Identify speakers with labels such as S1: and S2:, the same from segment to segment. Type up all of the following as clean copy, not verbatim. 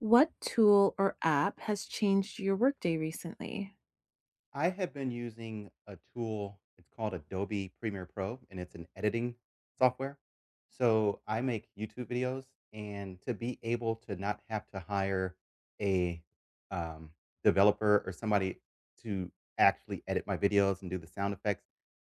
S1: What tool or app has changed your workday recently?
S2: I have been using a tool. It's called Adobe Premiere Pro, and it's an editing software. So I make YouTube videos, and to be able to not have to hire a um, developer or somebody to actually edit my videos and do the sound effects,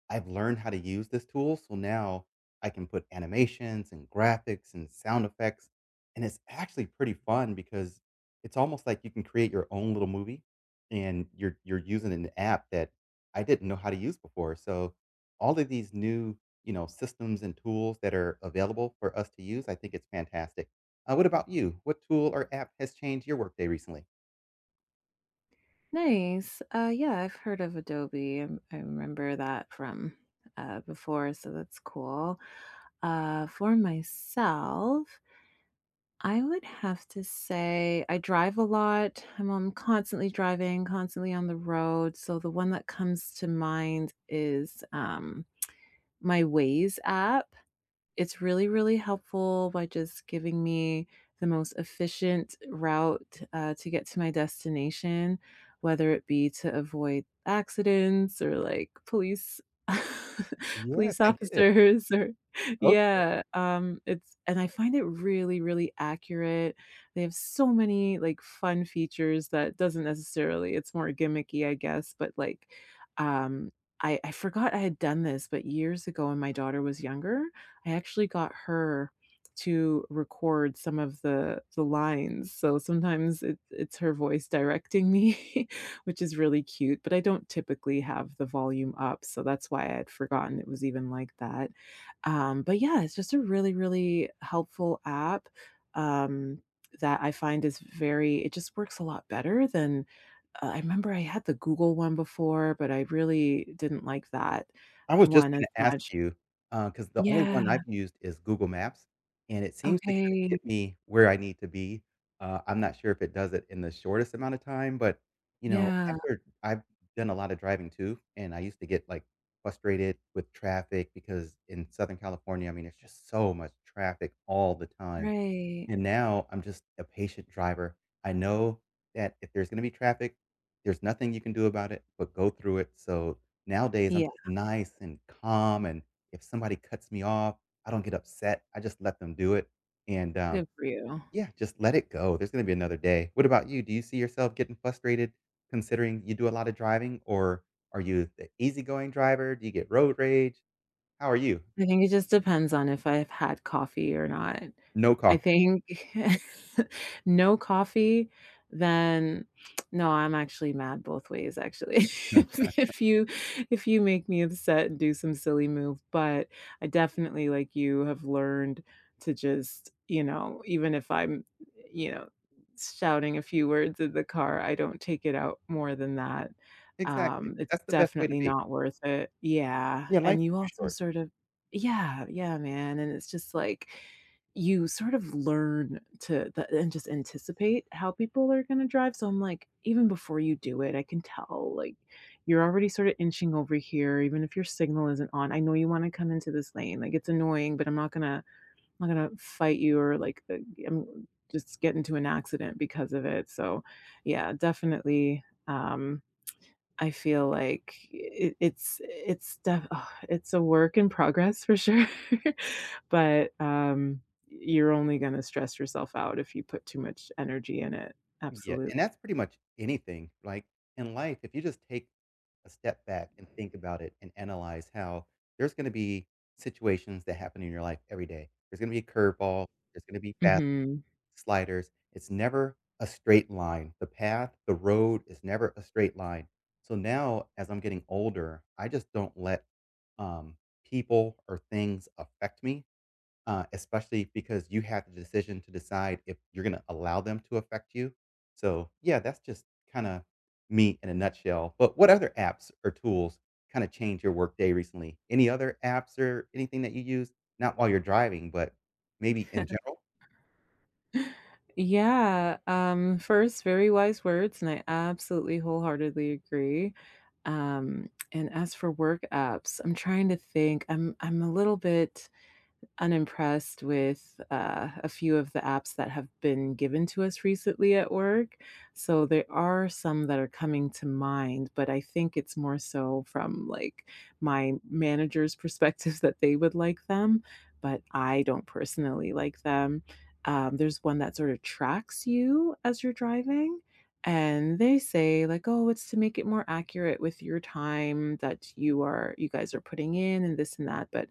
S2: I've learned how to use this tool. So now I can put animations and graphics and sound effects. And it's actually pretty fun because it's almost like you can create your own little movie and you're using an app that I didn't know how to use before. So all of these new, systems and tools that are available for us to use, I think it's fantastic. What about you? What tool or app has changed your workday recently?
S1: Nice. Yeah, I've heard of Adobe. I remember that from before, so that's cool. For myself, I would have to say I drive a lot. I'm constantly driving, constantly on the road. So the one that comes to mind is my Waze app. It's really, really helpful by just giving me the most efficient route, to get to my destination, whether it be to avoid accidents or, like, police
S2: Yes,
S1: police
S2: I get it.
S1: officers or
S2: Okay.
S1: yeah, it's and I find it really, really accurate. They have so many, like, fun features that doesn't necessarily it's more gimmicky, I guess, but, like, um, I forgot I had done this, but years ago when my daughter was younger, I actually got her to record some of the lines, so sometimes it's her voice directing me, which is really cute, but I don't typically have the volume up, so that's why I had forgotten it was even like that. But yeah, it's just a really, really helpful app, um, that I find is very it just works a lot better than I remember I had the Google one before, but I really didn't like that
S2: I was just
S1: one
S2: gonna
S1: as
S2: ask
S1: much.
S2: you, because the only
S1: Yeah,
S2: one I've used is Google Maps, and it seems to kinda
S1: okay.
S2: get me where I need to be. I'm not sure if it does it in the shortest amount of time, but,
S1: Yeah,
S2: after I've done a lot of driving too, and I used to get, like, frustrated with traffic because in Southern California, I mean, it's just so much traffic all the time.
S1: right.
S2: And now I'm just a patient driver. I know that if there's gonna be traffic, there's nothing you can do about it but go through it. So nowadays, I'm
S1: Yeah,
S2: just nice and calm, and if somebody cuts me off, I don't get upset. I just let them do it, and
S1: good for you.
S2: yeah, just let it go. There's gonna be another day. What about you? Do you see yourself getting frustrated considering you do a lot of driving, or are you the easygoing driver? Do you get road rage? How are you?
S1: I think it just depends on if I've had coffee or not.
S2: No
S1: I
S2: coffee.
S1: think no coffee, then no, I'm actually mad both ways actually. If if you if you make me upset and do some silly move, but I definitely, like you, have learned to just, even if I'm, you know, shouting a few words in the car, I don't take it out more than that.
S2: Exactly.
S1: It's
S2: That's the best way to
S1: definitely
S2: be.
S1: not worth it. Yeah,
S2: Yeah, life
S1: and
S2: is
S1: you
S2: too
S1: also
S2: short.
S1: sort of yeah, yeah, man, and it's just like you sort of learn to the and just anticipate how people are gonna drive, so I'm like, even before you do it, I can tell, like, you're already sort of inching over here, even if your signal isn't on. I know you wanna come into this lane, like, it's annoying, but I'm not gonna fight you or, like, am just get into an accident because of it, so, yeah, definitely, um I feel like it's def ugh, it's a work in progress for sure, but, you're only gonna stress yourself out if you put too much energy in it.
S2: Yeah,
S1: Absolutely.
S2: and that's pretty much anything. Like in life, if you just take a step back and think about it and analyze how there's going to be situations that happen in your life every day. There's going to be a curveball, there's going to be fast
S1: Mhm.
S2: sliders. It's never a straight line. The path, the road is never a straight line. So now, as I'm getting older, I just don't let um, people or things affect me especially because you have the decision to decide if you're going to allow them to affect you. So, yeah, that's just kind of me in a nutshell. But what other apps or tools kind of change your workday recently? Any other apps or anything that you use? Not while you're driving, but maybe in general?
S1: Yeah, first, very wise words, and I absolutely wholeheartedly agree. And as for work apps, I'm trying to think. I'm a little bit unimpressed with a few of the apps that have been given to us recently at work. So there are some that are coming to mind, but I think it's more so from like my manager's perspective that they would like them, but I don't personally like them. There's one that sort of tracks you as you're driving. And they say like, oh, it's to make it more accurate with your time that you are, you guys are putting in, and this and that. But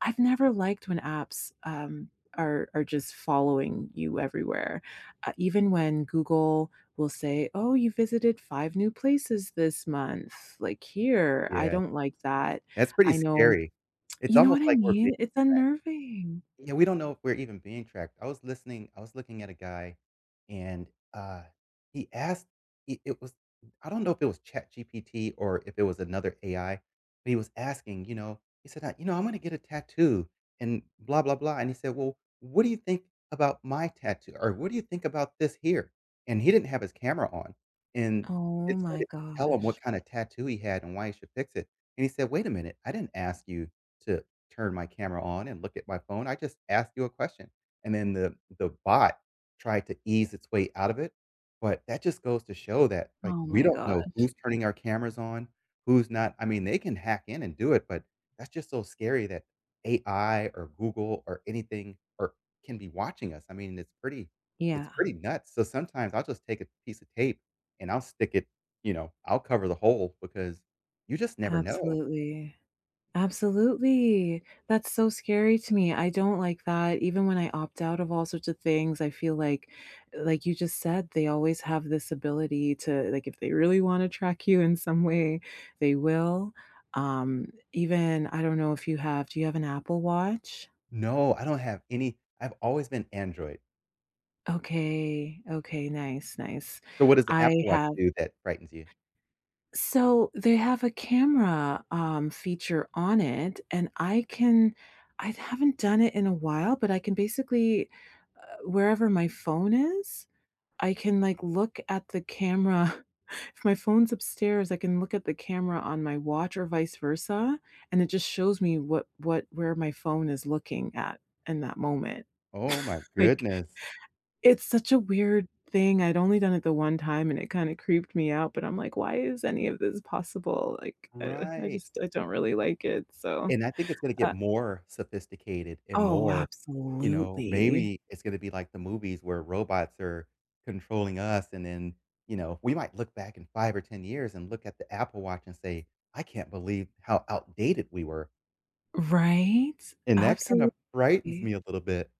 S1: I've never liked when apps, are just following you everywhere. Even when Google will say, "Oh, you visited 5 new places this month," like, here, I
S2: Yeah,
S1: don't like that.
S2: that's pretty
S1: I know
S2: scary. It's
S1: you know what
S2: almost
S1: I
S2: like we're
S1: mean? It's unnerving.
S2: yeah, we don't know if we're even being tracked. I was listening I was looking at a guy, and he asked I it was I don't know if it was ChatGPT or if it was another AI, but he was asking, he said, "I I'm gonna get a tattoo and blah, blah, blah," and he said, "Well, what do you think about my tattoo? Or what do you think about this here?" And he didn't have his camera on, and
S1: Oh
S2: it
S1: my
S2: started to tell him what
S1: gosh.
S2: kinda tattoo he had and why he should fix it, and he said, "Wait a minute, I didn't ask you to turn my camera on and look at my phone. I just asked you a question, and then the bot tried to ease its way out of it, but that just goes to show that, like,
S1: Oh
S2: we
S1: my
S2: don't
S1: god.
S2: know who's turning our cameras on, who's not. I mean, they can hack in and do it, but that's just so scary that AI or Google or anything or can be watching us. I mean, it's
S1: Yeah,
S2: pretty nuts. So sometimes I'll just take a piece of tape and I'll stick it, I'll cover the hole because you just never know.
S1: absolutely. Absolutely. That's so scary to me. I don't like that. Even when I opt out of all sorts of things, I feel like you just said, they always have this ability to like if they really want to track you in some way, they will. Even I don't know if you have, do you have an Apple Watch?
S2: No, I don't have any I've always been Android.
S1: Okay. Okay, nice, nice.
S2: So what does the
S1: I
S2: Apple Watch
S1: have
S2: do that frightens you?
S1: so they have a camera, feature on it, and I can I haven't done it in a while, but I can basically, wherever my phone is, I can, like, look at the camera. If my phone's upstairs, I can look at the camera on my watch or vice versa, and it just shows me what where my phone is looking at in that moment.
S2: Oh my
S1: Like
S2: goodness.
S1: it's such a weird thing, I'd only done it the one time, and it kinda creeped me out, but I'm like, "Why is any of this possible?" Like, I
S2: Right.
S1: just I don't really like it, so
S2: And I think it's gonna get
S1: uh
S2: more sophisticated and
S1: Oh,
S2: more,
S1: absolutely.
S2: maybe it's gonna be like the movies where robots are controlling us and then, we might look back in 5 or 10 years and look at the Apple Watch and say, "I can't believe how outdated we were."
S1: Right?
S2: And that kind
S1: Absolutely.
S2: of frightens me a little bit.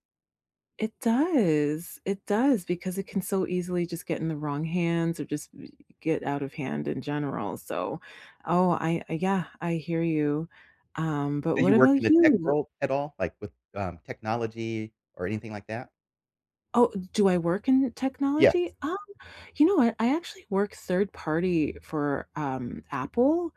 S1: It does, because it can so easily just get in the wrong hands or just b get out of hand in general, so Oh, I- yeah, I hear you. But
S2: Do you
S1: what
S2: work in
S1: about
S2: the tech
S1: you?
S2: world at all? Like with, technology or anything like that?
S1: Oh, do I work in
S2: Yes.
S1: technology? You know what? I actually work third party for, Apple,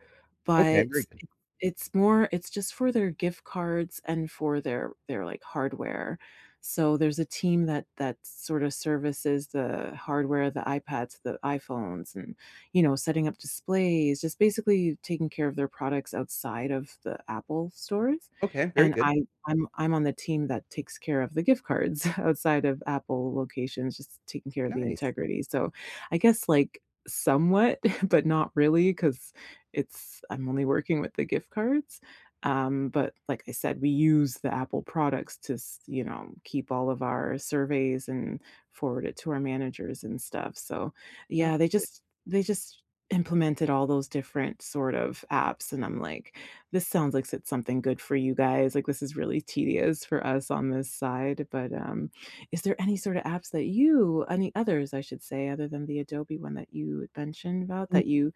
S2: Okay, very
S1: but
S2: good.
S1: it's more it's just for their gift cards and for their like, hardware. So there's a team that that sort of services the hardware, the iPads, the iPhones, and, you know, setting up displays, just basically taking care of their products outside of the Apple stores,
S2: Okay, very
S1: and
S2: good.
S1: I I'm on the team that takes care of the gift cards outside of Apple locations, just taking care of the
S2: Nice.
S1: integrity, so I guess like somewhat, but not really because it's I'm only working with the gift cards. But like I said, we use the Apple products to, s- you know, keep all of our surveys and forward it to our managers and stuff. So yeah, they
S2: Absolutely.
S1: just they just implemented all those different sort of apps and I'm like, this sounds like it's something good for you guys. Like this is really tedious for us on this side, but is there any sort of apps that you any others, I should say, other than the Adobe one that you had mentioned about
S2: N
S1: that you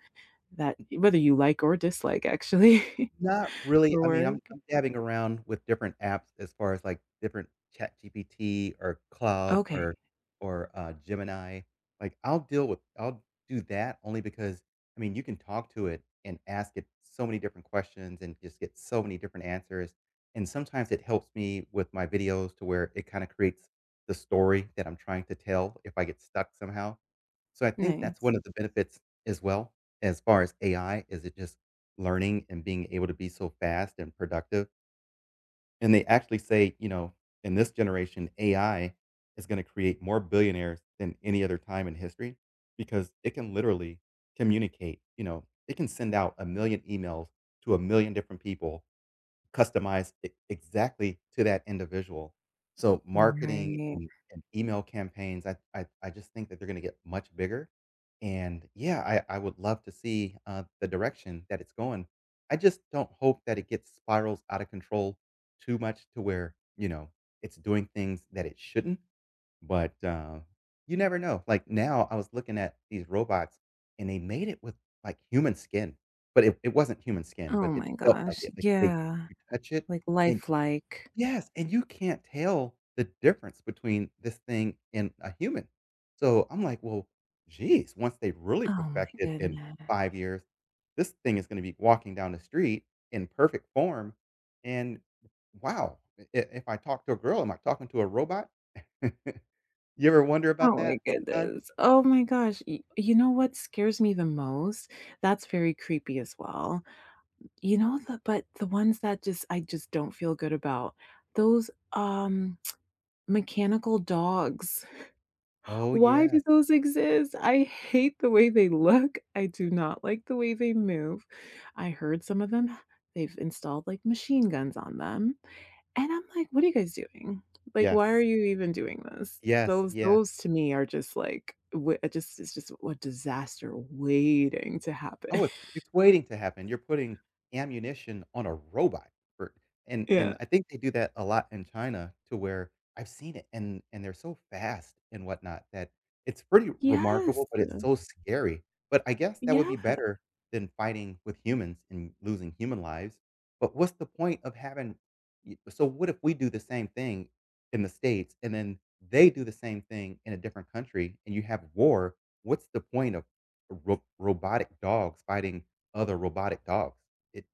S1: that whether you like or dislike actually
S2: Not really,
S1: or
S2: I mean,
S1: were?
S2: I'm dabbing around with different apps as far as, like, different ChatGPT or Cloud or
S1: Okay,
S2: or Gemini. Like, I'll deal with I'll do that only because, I mean, you can talk to it and ask it so many different questions and just get so many different answers, and sometimes it helps me with my videos to where it kinda creates the story that I'm trying to tell if I get stuck somehow. So I think that's
S1: nice.
S2: one of the benefits as well, as far as AI, is it just learning and being able to be so fast and productive. And they actually say, in this generation, AI is gonna create more billionaires than any other time in history because it can literally communicate, it can send out 1,000,000 emails to 1,000,000 different people. Customized e exactly to that individual. So marketing
S1: Right.
S2: and email campaigns, I just think that they're gonna get much bigger, and yeah, I would love to see, the direction that it's going. I just don't hope that it gets spirals out of control too much to where, it's doing things that it shouldn't. But you never know. Like, now I was looking at these robots, and they made it with, like, human skin, but it wasn't human skin,
S1: Oh
S2: but it
S1: my
S2: felt like
S1: gosh,
S2: it. Like, they
S1: yeah,
S2: you touch it,
S1: like,
S2: and
S1: lifelike.
S2: yes, and you can't tell the difference between this thing and a human. So, I'm like, "Well, geez, once they really
S1: Oh
S2: perfect
S1: my
S2: it in
S1: goodness.
S2: 5 years, this thing is gonna be walking down the street in perfect form, and wow, I if I talk to a girl, am I talking to a robot?" You ever wonder about
S1: Oh my
S2: that sometime?
S1: goodness. Oh my gosh. Y you know what scares me the most? That's very creepy as well. You know, the but the ones that just I just don't feel good about, those, mechanical dogs.
S2: Oh,
S1: Why do
S2: yes.
S1: those exist? I hate the way they look. I do not like the way they move. I heard some of them, they've installed, like, machine guns on them, and I'm like, "What are you guys doing? Like, why are
S2: Yes.
S1: you even doing this?"
S2: Yes, yes.
S1: Those to me are just like, w it just it's just a disaster waiting to happen.
S2: Oh, it's it's waiting to happen. You're putting ammunition on a robot for and
S1: Yeah.
S2: I think they do that a lot in China to where I've seen it and they're so fast and whatnot that it's pretty
S1: Yes.
S2: remarkable, but it's so scary. But I guess that would
S1: Yeah.
S2: be better than fighting with humans and losing human lives. But what's the point of having y so what if we do the same thing in the States and then they do the same thing in a different country and you have war? What's the point of ro robotic dogs fighting other robotic dogs. It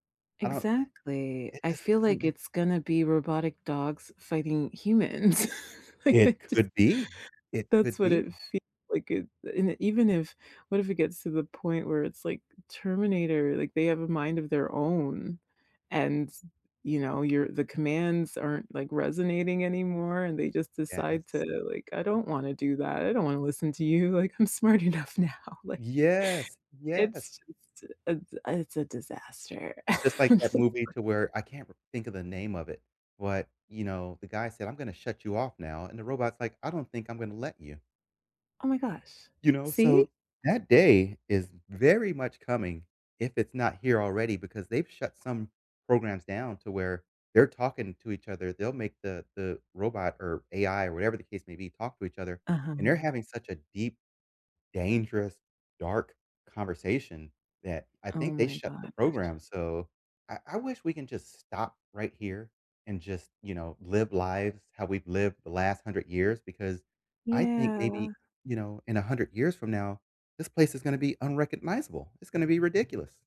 S2: I don't
S1: Exactly.
S2: it
S1: I
S2: just
S1: feel
S2: doesn't
S1: like
S2: make
S1: it's gonna be robotic dogs fighting humans. Like,
S2: it
S1: I just
S2: could be. It
S1: that's
S2: could
S1: what
S2: be.
S1: it feels like it and it- even if what if it gets to the point where it's like Terminator, like, they have a mind of their own, and, you know, your the commands aren't, like, resonating anymore, and they just decide to,
S2: Yes.
S1: like, "I don't wanna do that. I don't wanna listen to you. Like, I'm smart enough now." Like,
S2: Yes, yes.
S1: it's just it's a disaster.
S2: Just like that movie to where I can't think of the name of it, but, the guy said, "I'm gonna shut you off now," and the robot's like, "I don't think I'm gonna let you."
S1: Oh my gosh.
S2: You know,
S1: See?
S2: so that day is very much coming if it's not here already because they've shut some programs down to where they're talking to each other. They'll make the robot or AI or whatever the case may be talk to each other, and they're
S1: Uh-huh.
S2: having such a deep dangerous, dark conversation that I
S1: Oh
S2: think they
S1: my
S2: shut the
S1: gosh.
S2: program, so I wish we can just stop right here and just, live lives how we've lived the last 100 years because I think maybe,
S1: Yeah.
S2: in 100 years from now, this place is gonna be unrecognizable. It's gonna be ridiculous.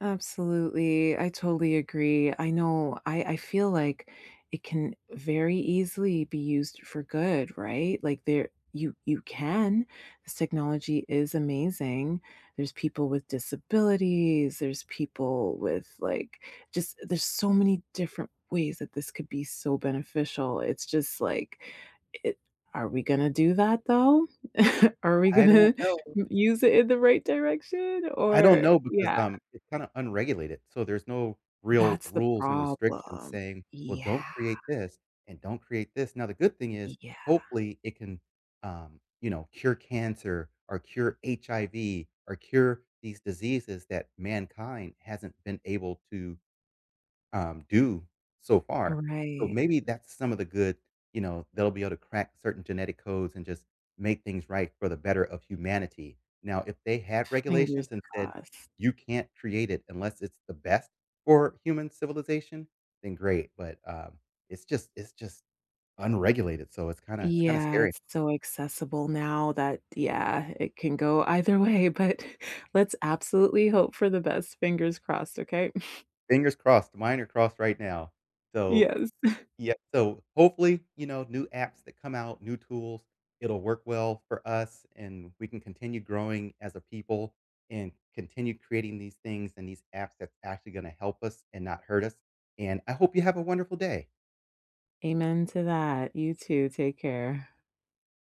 S1: Absolutely. I totally agree. I know I feel like it can very easily be used for good, right? Like there you you can. This technology is amazing. There's people with disabilities, there's people with like just there's so many different ways that this could be so beneficial. It's just like it, are we going to do that though? are we
S2: I
S1: going
S2: don't
S1: to
S2: know.
S1: use it in the right direction
S2: I don't
S1: or
S2: know because,
S1: yeah,
S2: it's kinda unregulated, so there's no real
S1: that's the
S2: rules and restrictions
S1: problem.
S2: saying, "Well, don't
S1: Yeah,
S2: create this and don't create this." Now the good thing is,
S1: yeah,
S2: hopefully, it can, you know, cure cancer or cure HIV or cure these diseases that mankind hasn't been able to do so far. So
S1: right.
S2: maybe that's some of the good, they'll be able to crack certain genetic codes and just make things right for the better of humanity. Now, if they had
S1: Fingers
S2: regulations and said,
S1: crossed.
S2: you can't create it unless it's the best for human civilization, then great. But it's just unregulated. So it's kind of
S1: Yeah,
S2: scary.
S1: it's so accessible now that yeah, it can go either way, but let's absolutely hope for the best. Fingers crossed, okay?
S2: Fingers crossed, mine are crossed right now. So
S1: Yes.
S2: yeah, so hopefully, new apps that come out, new tools, it'll work well for us and we can continue growing as a people and continue creating these things and these apps that's actually going to help us and not hurt us. And I hope you have a wonderful day.
S1: Amen to that. You too. Take care.